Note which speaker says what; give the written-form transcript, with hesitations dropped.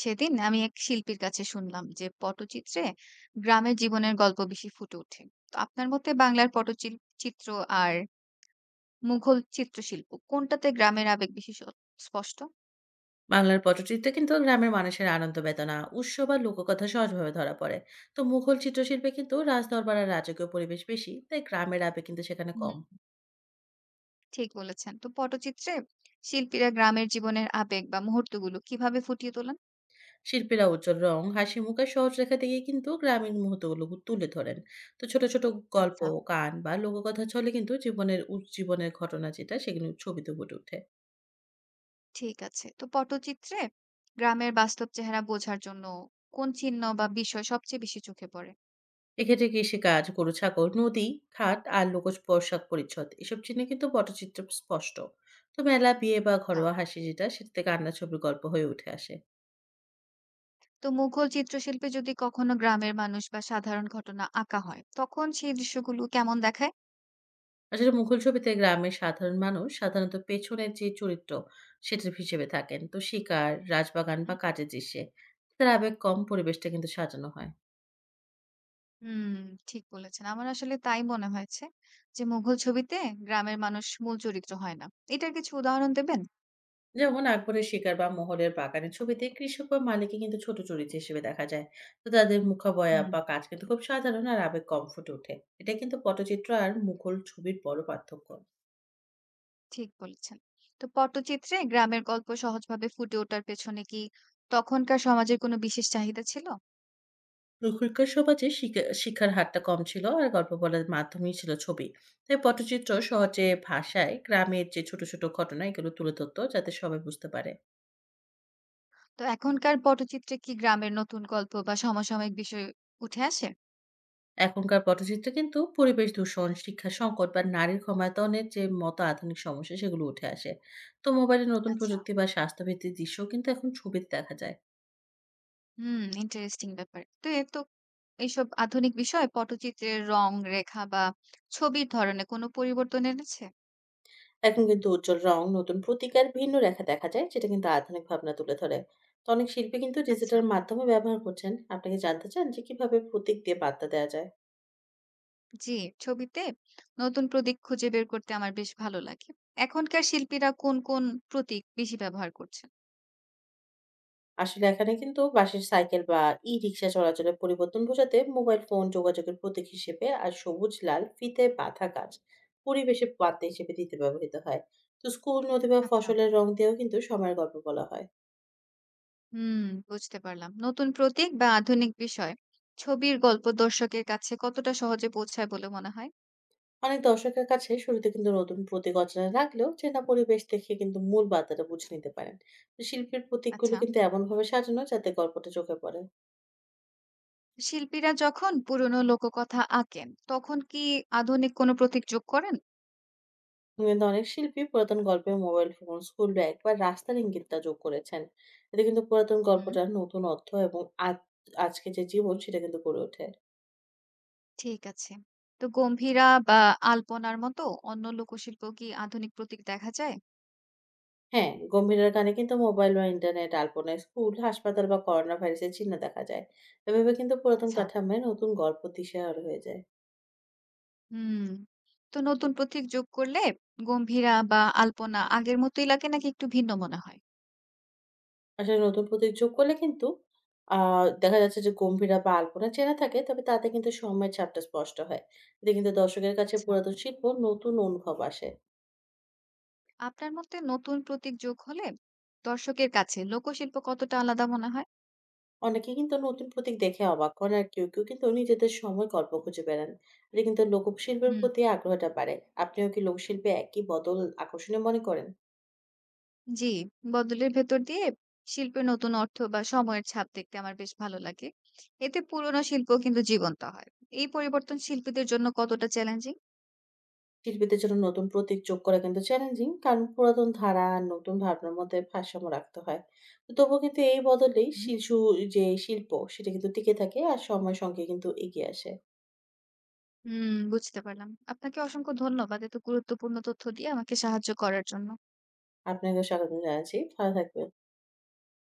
Speaker 1: সেদিন আমি এক শিল্পীর কাছে শুনলাম যে পটচিত্রে গ্রামের জীবনের গল্প বেশি ফুটে ওঠে। তো আপনার মতে বাংলার পটচিত্র আর মুঘল চিত্রশিল্প কোনটাতে গ্রামের আবেগ বেশি স্পষ্ট?
Speaker 2: বাংলার পটচিত্রে কিন্তু গ্রামের মানুষের আনন্দ বেদনা উৎসব আর লোককথা সহজভাবে ধরা পড়ে। তো মুঘল চিত্রশিল্পে কিন্তু রাজদরবার আর রাজকীয় পরিবেশ বেশি, তাই গ্রামের আবেগ কিন্তু সেখানে
Speaker 1: হুম,
Speaker 2: কম।
Speaker 1: ঠিক বলেছেন। তো পটচিত্রে শিল্পীরা গ্রামের জীবনের আবেগ বা মুহূর্তগুলো কিভাবে ফুটিয়ে তোলেন?
Speaker 2: শিল্পীরা উজ্জ্বল রং, হাসি মুখ আর সহজ রেখা দিয়ে কিন্তু গ্রামীণ মুহূর্তগুলো তুলে ধরেন। তো ছোট ছোট গল্প,
Speaker 1: আচ্ছা,
Speaker 2: গান বা লোককথা ছলে কিন্তু জীবনের ঘটনা যেটা সেগুলো ছবিতে ফুটে ওঠে।
Speaker 1: ঠিক আছে। তো পটচিত্রে গ্রামের বাস্তব চেহারা বোঝার জন্য কোন চিহ্ন বা বিষয় সবচেয়ে বেশি চোখে পড়ে?
Speaker 2: এক্ষেত্রে কৃষিকাজ, গরু-ছাগল, নদী, খাত আর লোকজ পোশাক পরিচ্ছদ এসব চিহ্নে কিন্তু পটচিত্র স্পষ্ট। তো মেলা, বিয়ে বা
Speaker 1: আচ্ছা,
Speaker 2: ঘরোয়া হাসি যেটা সেটা থেকে আন্না ছবির গল্প হয়ে উঠে আসে।
Speaker 1: তো মুঘল চিত্রশিল্পে যদি কখনো গ্রামের মানুষ বা সাধারণ ঘটনা আঁকা হয়, তখন সেই দৃশ্যগুলো কেমন দেখায়?
Speaker 2: আসলে মুঘল ছবিতে গ্রামের সাধারণ মানুষ সাধারণত পেছনের যে চরিত্র সেটার হিসেবে থাকেন। তো শিকার, রাজবাগান বা
Speaker 1: হুম।
Speaker 2: কাজের দৃশ্যে তার আবেগ কম, পরিবেশটা কিন্তু সাজানো হয়।
Speaker 1: হুম, ঠিক বলেছেন। আমার আসলে তাই মনে হয়েছে যে মুঘল ছবিতে গ্রামের মানুষ মূল চরিত্র হয় না। এটার কিছু উদাহরণ দেবেন?
Speaker 2: যেমন আকবরের শিকার বা মোহরের বাগানের ছবিতে কৃষক বা মালিককে কিন্তু ছোট চরিত্র হিসেবে দেখা যায়। তো তাদের মুখাবয়া
Speaker 1: হুম।
Speaker 2: বা কাজ কিন্তু খুব সাধারণ আর আবেগ কম ফুটে ওঠে। এটা কিন্তু পটচিত্র আর মুঘল ছবির বড় পার্থক্য।
Speaker 1: ঠিক বলেছেন। তো পটচিত্রে গ্রামের গল্প সহজভাবে ফুটে ওঠার পেছনে কি তখনকার সমাজের কোনো বিশেষ চাহিদা ছিল?
Speaker 2: তখনকার সমাজে শিক্ষার হারটা কম ছিল আর গল্প বলার মাধ্যমেই ছিল ছবি। তাই পটচিত্র সহজে
Speaker 1: হুম।
Speaker 2: ভাষায় গ্রামের যে ছোট ছোট ঘটনা এগুলো তুলে ধরতো যাতে সবাই বুঝতে পারে।
Speaker 1: তো এখনকার পটচিত্রে কি গ্রামের নতুন গল্প বা সমসাময়িক বিষয় উঠে আসে?
Speaker 2: এখনকার পটচিত্রে কিন্তু পরিবেশ দূষণ, শিক্ষা সংকট বা নারীর ক্ষমতায়নের যে মতো আধুনিক সমস্যা সেগুলো উঠে আসে। তো মোবাইলে নতুন
Speaker 1: আচ্ছা।
Speaker 2: প্রযুক্তি বা স্বাস্থ্যভিত্তিক দৃশ্যও কিন্তু এখন ছবিতে দেখা যায়।
Speaker 1: হুম, ইন্টারেস্টিং ব্যাপার। তো এইসব আধুনিক বিষয় পটচিত্রের রং, রেখা বা ছবির ধরনে কোনো পরিবর্তন এনেছে?
Speaker 2: এখন কিন্তু উজ্জ্বল রং, নতুন প্রতিকার, ভিন্ন রেখা দেখা যায় যেটা কিন্তু আধুনিক ভাবনা তুলে ধরে। তো অনেক শিল্পী কিন্তু
Speaker 1: আচ্ছা।
Speaker 2: ডিজিটাল মাধ্যমে ব্যবহার করছেন। আপনি কি জানতে চান যে কিভাবে প্রতীক দিয়ে বার্তা দেয়া যায়?
Speaker 1: জি, ছবিতে নতুন প্রতীক খুঁজে বের করতে আমার বেশ ভালো লাগে। এখনকার শিল্পীরা কোন প্রতীক বেশি ব্যবহার করছেন?
Speaker 2: আসলে এখানে কিন্তু বাসের সাইকেল বা ই-রিক্সা চলাচলের পরিবর্তন বোঝাতে মোবাইল ফোন যোগাযোগের প্রতীক হিসেবে আর সবুজ লাল ফিতে বাঁধা গাছ পরিবেশের বার্তা হিসেবে দিতে ব্যবহৃত হয়। তো স্কুল, নদী বা
Speaker 1: আচ্ছা।
Speaker 2: ফসলের রং দিয়েও কিন্তু সময়ের গল্প বলা হয়।
Speaker 1: হুম, বুঝতে পারলাম। নতুন প্রতীক বা আধুনিক বিষয় ছবির গল্প দর্শকের কাছে কতটা সহজে পৌঁছায় বলে মনে হয়?
Speaker 2: অনেক দর্শকের কাছে শুরুতে কিন্তু নতুন প্রতীক অচেনা লাগলেও চেনা পরিবেশ দেখে কিন্তু মূল বার্তাটা বুঝে নিতে পারেন। তো শিল্পীর প্রতীকগুলো
Speaker 1: আচ্ছা।
Speaker 2: কিন্তু এমনভাবে সাজানো যাতে গল্পটা চোখে পড়ে।
Speaker 1: শিল্পীরা যখন পুরনো লোককথা আঁকেন, তখন কি আধুনিক কোনো প্রতীক যোগ করেন?
Speaker 2: কিন্তু অনেক শিল্পী পুরাতন গল্পে মোবাইল ফোন, স্কুল ব্যাগ বা রাস্তার ইঙ্গিতটা যোগ করেছেন। এতে কিন্তু পুরাতন
Speaker 1: হুম।
Speaker 2: গল্পটার নতুন অর্থ এবং আজ আজকে যে জীবন সেটা কিন্তু গড়ে ওঠে।
Speaker 1: ঠিক আছে। তো গম্ভীরা বা আলপনার মতো অন্য লোকশিল্প কি আধুনিক প্রতীক দেখা যায়?
Speaker 2: হ্যাঁ, গম্ভীরার গানে কিন্তু মোবাইল বা ইন্টারনেট, আলপনায় স্কুল, হাসপাতাল বা করোনা ভাইরাসের চিহ্ন দেখা যায়। এভাবে কিন্তু পুরাতন
Speaker 1: আচ্ছা,
Speaker 2: কাঠামোয় নতুন গল্প দিশেহারা হয়ে যায়।
Speaker 1: হুম। তো নতুন প্রতীক যোগ করলে গম্ভীরা বা আলপনা আগের মতোই লাগে নাকি একটু ভিন্ন মনে হয়?
Speaker 2: আসলে নতুন প্রতীক যোগ করলে কিন্তু আ দেখা যাচ্ছে যে গম্ভীরা বা আলপনা চেনা থাকে, তবে তাতে কিন্তু সময়ের ছাপটা স্পষ্ট হয়। এতে কিন্তু দর্শকের কাছে
Speaker 1: আচ্ছা,
Speaker 2: পুরাতন শিল্প নতুন অনুভব আসে।
Speaker 1: আপনার মতে নতুন প্রতীক যোগ হলে দর্শকের কাছে লোকশিল্প কতটা আলাদা মনে হয়?
Speaker 2: অনেকে কিন্তু নতুন প্রতীক দেখে অবাক হন আর কেউ কেউ কিন্তু নিজেদের সময় গল্প খুঁজে বেড়ান। এটা কিন্তু লোকশিল্পের
Speaker 1: হুম।
Speaker 2: প্রতি আগ্রহটা বাড়ে। আপনিও কি লোকশিল্পে একই বদল আকর্ষণীয় মনে করেন?
Speaker 1: জি, বদলের ভেতর দিয়ে শিল্পের নতুন অর্থ বা সময়ের ছাপ দেখতে আমার বেশ ভালো লাগে। এতে পুরনো শিল্প কিন্তু জীবন্ত হয়। এই পরিবর্তন শিল্পীদের জন্য কতটা চ্যালেঞ্জিং?
Speaker 2: শিল্পীদের জন্য নতুন প্রতীক যোগ করা কিন্তু চ্যালেঞ্জিং কারণ পুরাতন ধারা আর নতুন ভাবনার মধ্যে ভারসাম্য রাখতে হয়। তো তবুও কিন্তু এই বদলেই শিশু যে শিল্প সেটা কিন্তু টিকে থাকে আর সময়ের সঙ্গে কিন্তু এগিয়ে আসে।
Speaker 1: হুম, বুঝতে পারলাম। আপনাকে অসংখ্য ধন্যবাদ এত গুরুত্বপূর্ণ তথ্য দিয়ে আমাকে সাহায্য করার জন্য।
Speaker 2: আপনাকে স্বাগত জানাচ্ছি, ভালো থাকবেন।